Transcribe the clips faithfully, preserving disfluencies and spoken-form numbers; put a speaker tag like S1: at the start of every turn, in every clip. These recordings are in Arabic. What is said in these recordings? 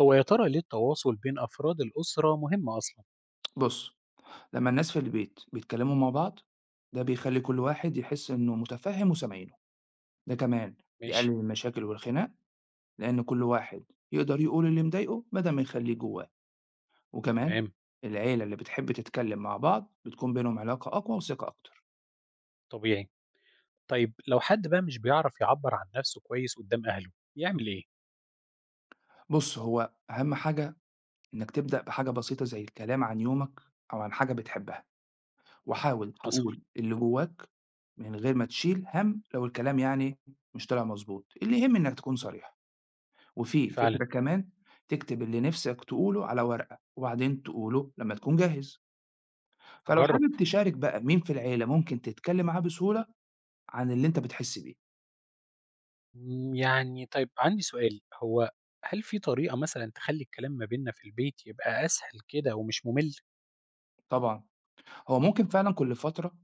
S1: هو يا ترى ليه التواصل بين أفراد الأسرة مهم أصلا؟
S2: بُص، لمّا الناس في البيت بيتكلموا مع بعض، ده بيخلّي كل واحد يحس إنه مُتفهِّم وسامعينه، ده كمان يقلل
S1: ماشي.
S2: المشاكل والخناق، لإن كل واحد يقدر يقول اللي مضايقه بدل ما يخلّيه جواه، وكمان
S1: تمام.
S2: العيلة اللي بتحب تتكلم مع بعض بتكون بينهم علاقة أقوى وثقة أكتر.
S1: طبيعي. طيب لو حد بقى مش بيعرف يعبر عن نفسه كويس قدام أهله يعمل إيه؟
S2: بُص، هو أهم حاجة إنك تبدأ بحاجة بسيطة زي الكلام عن يومك أو عن حاجة بتحبها، وحاول
S1: حصل.
S2: تقول اللي جواك من غير ما تشيل هَم لو الكلام يعني مش طلع مضبوط، اللي يهم إنك تكون صريح. وفي
S1: فعلا.
S2: فكرة كمان تكتب اللي نفسك تقوله على ورقة وبعدين تقوله لما تكون جاهز، فلو
S1: أجرب.
S2: حابب تشارك بقى مين في العيلة ممكن تتكلم معاه بسهولة عن اللي انت بتحس بيه.
S1: مم، يعني طيب عندي سؤال، هو هل في طريقة مثلا تخلي الكلام ما بيننا في البيت يبقى أسهل كده ومش ممل؟
S2: طبعا، هو ممكن فعلا كل فترة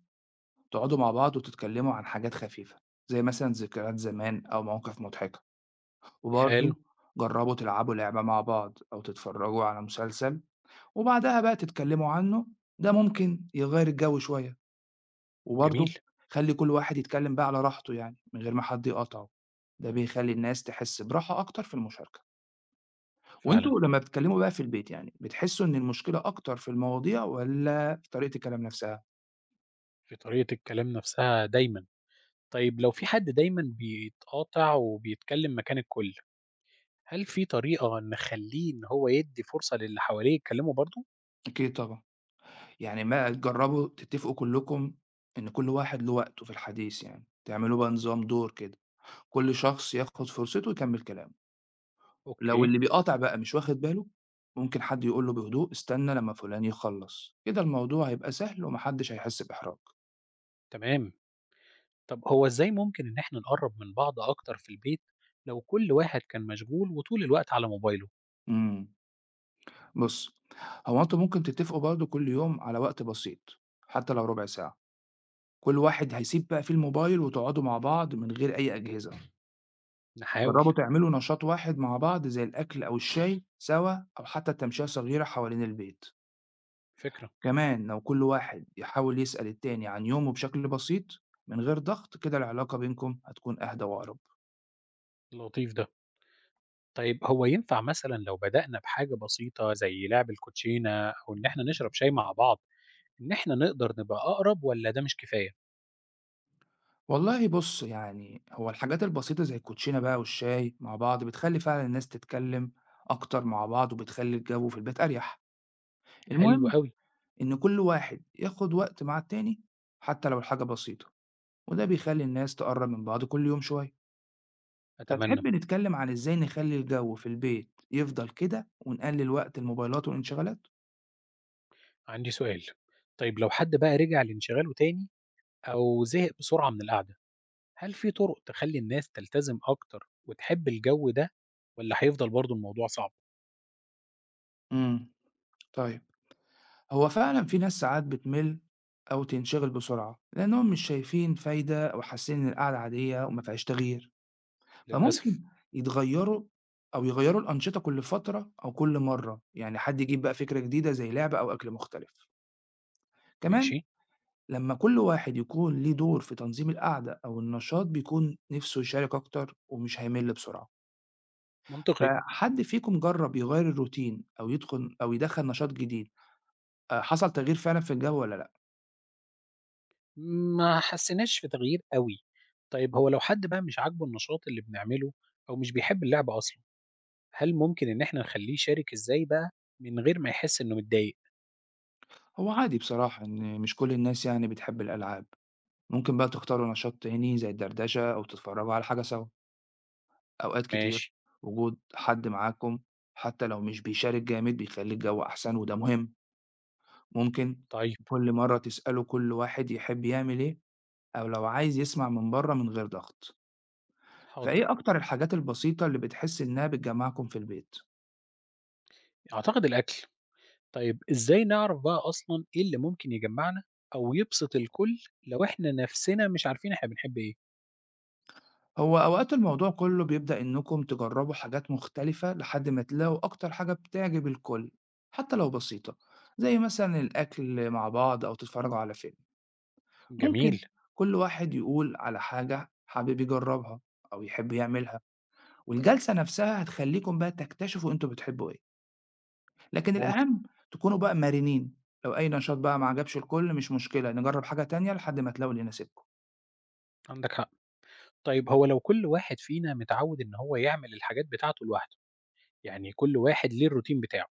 S2: تقعدوا مع بعض وتتكلموا عن حاجات خفيفة زي مثلا ذكريات زمان أو مواقف مضحكة. وبرضه
S1: حلو.
S2: جربوا تلعبوا لعبة مع بعض أو تتفرجوا على مسلسل وبعدها بقى تتكلموا عنه، ده ممكن يغير الجو شوية.
S1: جميل.
S2: وبرضه خلّي كل واحد يتكلّم بقى على راحته يعني، من غير ما حد يقاطعه، ده بيخلّي الناس تحس براحة أكتر في المشاركة. وأنتم
S1: فعلا.
S2: لمّا بتتكلّموا بقى في البيت يعني، بتحسّوا إن المشكلة أكتر في المواضيع والّا في طريقة الكلام نفسها؟
S1: في طريقة الكلام نفسها دايما. طيب لو في حد دايما بيتقاطع وبيتكلم مكان الكل، هل في طريقة نخلّيه إن هو يدّي فرصة للي حواليه يتكلموا برضه؟
S2: أكيد طبعًا. يعني ما تجرّبوا تتّفقوا كلّكم إن كل واحد له وقته في الحديث يعني، تعملوا بقى نظام دور كده، كل شخص ياخُد فرصته ويكمّل كلامه. لو
S1: أوكي،
S2: اللي بيقاطع بقى مش واخد باله، ممكن حد يقول له بهدوء استنى لمّا فُلان يخلّص، كده الموضوع هيبقى سهل وما حدّش هيحس بإحراج.
S1: تمام. طب هو إزاي ممكن إن إحنا نقرّب من بعض أكتر في البيت لو كل واحد كان مشغول وطول الوقت على موبايله؟
S2: إمم. بُص، هو أنتم ممكن تتفقوا برضه كل يوم على وقت بسيط، حتى لو ربع ساعة، كل واحد هيسيب بقى فيه الموبايل وتقعدوا مع بعض من غير أي أجهزة،
S1: نحاول.
S2: جرّبوا تعملوا نشاط واحد مع بعض زي الأكل أو الشاي سوا أو حتى التمشية صغيرة حوالين البيت.
S1: فكرة.
S2: كمان لو كل واحد يحاول يسأل التاني عن يومه بشكل بسيط من غير ضغط، كده العلاقة بينكم هتكون أهدى وأقرب.
S1: لطيف ده. طيب هو ينفع مثلًا لو بدأنا بحاجة بسيطة زي لعب الكوتشينة أو إن إحنا نشرب شاي مع بعض، إن إحنا نقدر نبقى أقرب والّا ده مش كفاية؟
S2: والله بُص، يعني هو الحاجات البسيطة زي الكوتشينة بقى والشاي مع بعض بتخلّي فعلًا الناس تتكلّم أكتر مع بعض وبتخلّي الجَو في البيت أريح.
S1: حلو
S2: المهم
S1: أوي.
S2: إن كل واحد ياخُد وقت مع التاني حتّى لو الحاجة بسيطة، وده بيخلّي الناس تقرّب من بعض كل يوم شوية.
S1: أتمنى.
S2: فتحب نتكلّم عن إزاي نخلّي الجَو في البيت يفضل كده ونقلِّل وقت الموبايلات والانشغالات؟
S1: عندي سؤال، طيب لو حد بقى رجع لانشغاله تاني أو زهق بسرعة من القعدة، هل في طرق تخلّي الناس تلتزم أكتر وتحب الجو ده والّا هيفضل برضه الموضوع صعب؟
S2: إمم، طيب. هو فعلا في ناس ساعات بتمل أو تنشغل بسرعة لأنهم مش شايفين فايدة أو حاسين إن القعدة عادية وما فيهاش تغيير. فممكن
S1: للأسف.
S2: يتغيروا أو يغيروا الأنشطة كل فترة، أو كل مرة يعني حد يجيب بقى فكرة جديدة زي لعبة أو أكل مختلف. كمان
S1: ماشي.
S2: لما كل واحد يكون ليه دور في تنظيم القعدة أو النشاط، بيكون نفسه يشارك أكتر ومش هيمل بسرعة.
S1: منطقي.
S2: فحد فيكم جرب يغير الروتين أو يدخل أو يدخل نشاط جديد، آه، حصل تغيير فعلا في الجو ولا لأ؟
S1: ما حسّيناش في تغيير أوي. طيب هو لو حد بقى مش عاجبه النشاط اللي بنعمله أو مش بيحب اللعبة أصلًا، هل ممكن إن إحنا نخلّيه يشارك إزاي بقى من غير ما يحس إنه متضايق؟
S2: هو عادي بصراحة إن مش كل الناس يعني بتحب الألعاب. ممكن بقى تختاروا نشاط تاني زي الدردشة أو تتفرجوا على حاجة سوا. أوقات كتير
S1: ماشي.
S2: وجود حد معاكم حتى لو مش بيشارك جامد بيخلي الجو أحسن، وده مهم. ممكن
S1: طيب.
S2: كل مرة تسألوا كل واحد يحب يعمل إيه أو لو عايز يسمع من بره من غير ضغط.
S1: حاضر.
S2: فإيه أكتر الحاجات البسيطة اللي بتحس إنها بتجمعكم في البيت؟
S1: أعتقد الأكل. طيب إزاي نعرف بقى أصلًا إيه اللي ممكن يجمّعنا أو يبسط الكل لو إحنا نَفْسنا مش عارفين إحنا بنحب إيه؟
S2: هو أوقات الموضوع كله بيبدأ إنكم تجربوا حاجات مختلفة لحد ما تلاقوا أكتر حاجة بتعجب الكل حتى لو بسيطة، زي مثلا الأكل مع بعض أو تتفرجوا على فيلم. ممكن
S1: جميل.
S2: كل واحد يقول على حاجة حابب يجربها أو يحب يعملها، والجلسة نفسها هتخليكم بقى تكتشفوا أنتوا بتحبوا إيه. لكن
S1: ممكن.
S2: الأهم تكونوا بقى مرنين، لو أي نشاط بقى ما عجبش الكل مش مشكلة نجرب حاجة تانية لحد ما تلاقوا اللي يناسبكم.
S1: عندك حق. طيب هو لو كل واحد فينا متعود ان هو يعمل الحاجات بتاعته لوحده، يعني كل واحد ليه الروتين بتاعه،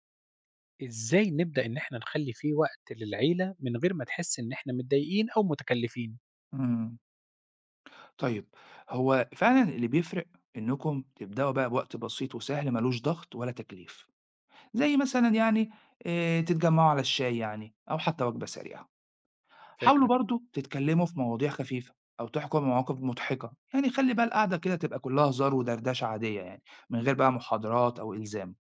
S1: ازاي نبدأ ان احنا نخلي فيه وقت للعيلة من غير ما تحس ان احنا متضايقين او متكلفين؟
S2: مم. طيب. هو فعلا اللي بيفرق انكم تبداوا بقى بوقت بسيط وسهل ملوش ضغط ولا تكليف، زي مثلا يعني آه، تتجمعوا على الشاي يعني او حتى وجبه سريعه. حاولوا
S1: فكرة.
S2: برضو تتكلموا في مواضيع خفيفه او تحكوا بمواقف مضحكه، يعني خلي بقى القعده كده تبقى كلها هزار ودردشه عاديه يعني، من غير بقى محاضرات او الزام.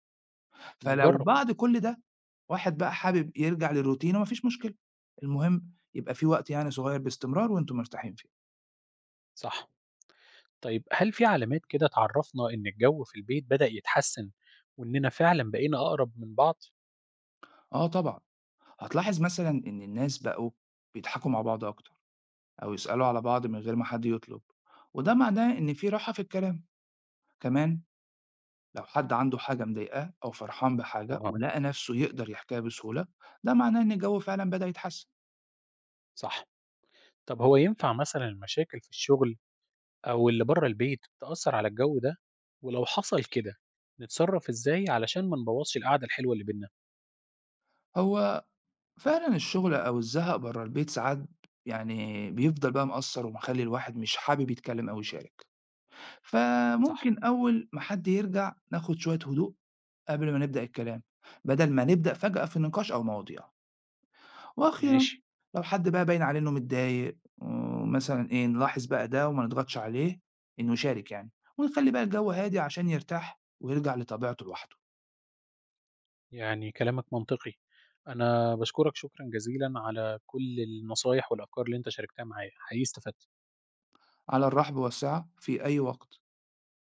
S2: فلو
S1: نجرب.
S2: بعد كل ده واحد بقى حابب يرجع للروتين ومفيش مشكله، المهم يبقى في وقت يعني صغير باستمرار وانتم مرتاحين فيه.
S1: صح. طيب هل في علامات كده تعرفنا ان الجو في البيت بدأ يتحسن واننا فعلا بقينا اقرب من بعض؟
S2: اه، طبعا. هتلاحظ مثلا إن الناس بقوا بيضحكوا مع بعض أكتر، أو يسألوا على بعض من غير ما حد يطلب، وده معناه إن في راحة في الكلام. كمان لو حد عنده حاجة مضايقاه أو فرحان بحاجة
S1: اها.
S2: ولقى نفسه يقدر يحكيها بسهولة، ده معناه إن الجو فعلا بدأ يتحسن.
S1: صح. طب هو ينفع مثلا المشاكل في الشغل أو اللي بره البيت تأثر على الجو ده، ولو حصل كده نتصرف إزاي علشان ما نبوظش القعدة الحلوة اللي بينا؟
S2: هو فعلا الشغل أو الزهق بره البيت ساعات يعني بيفضل بقى مأثر ومخلي الواحد مش حابب يتكلم أو يشارك.
S1: صح.
S2: فممكن أول ما حد يرجع ناخد شوية هدوء قبل ما نبدأ الكلام، بدل ما نبدأ فجأة في نقاش أو مواضيع. وأخيرًا
S1: ماشي.
S2: لو حد بقى باين عليه إنه متضايق ومثلًا إيه، نلاحظ بقى ده وما نضغطش عليه إنه يشارك يعني، ونخلّي بقى الجو هادي عشان يرتاح ويرجع لطبيعته لوحده.
S1: يعني كلامك منطقي. أنا بشكرك شكرا جزيلا على كل النصايح والأفكار اللي أنت شاركتها معايا. حقيقي استفدت.
S2: على الرحب والسعة في أي وقت.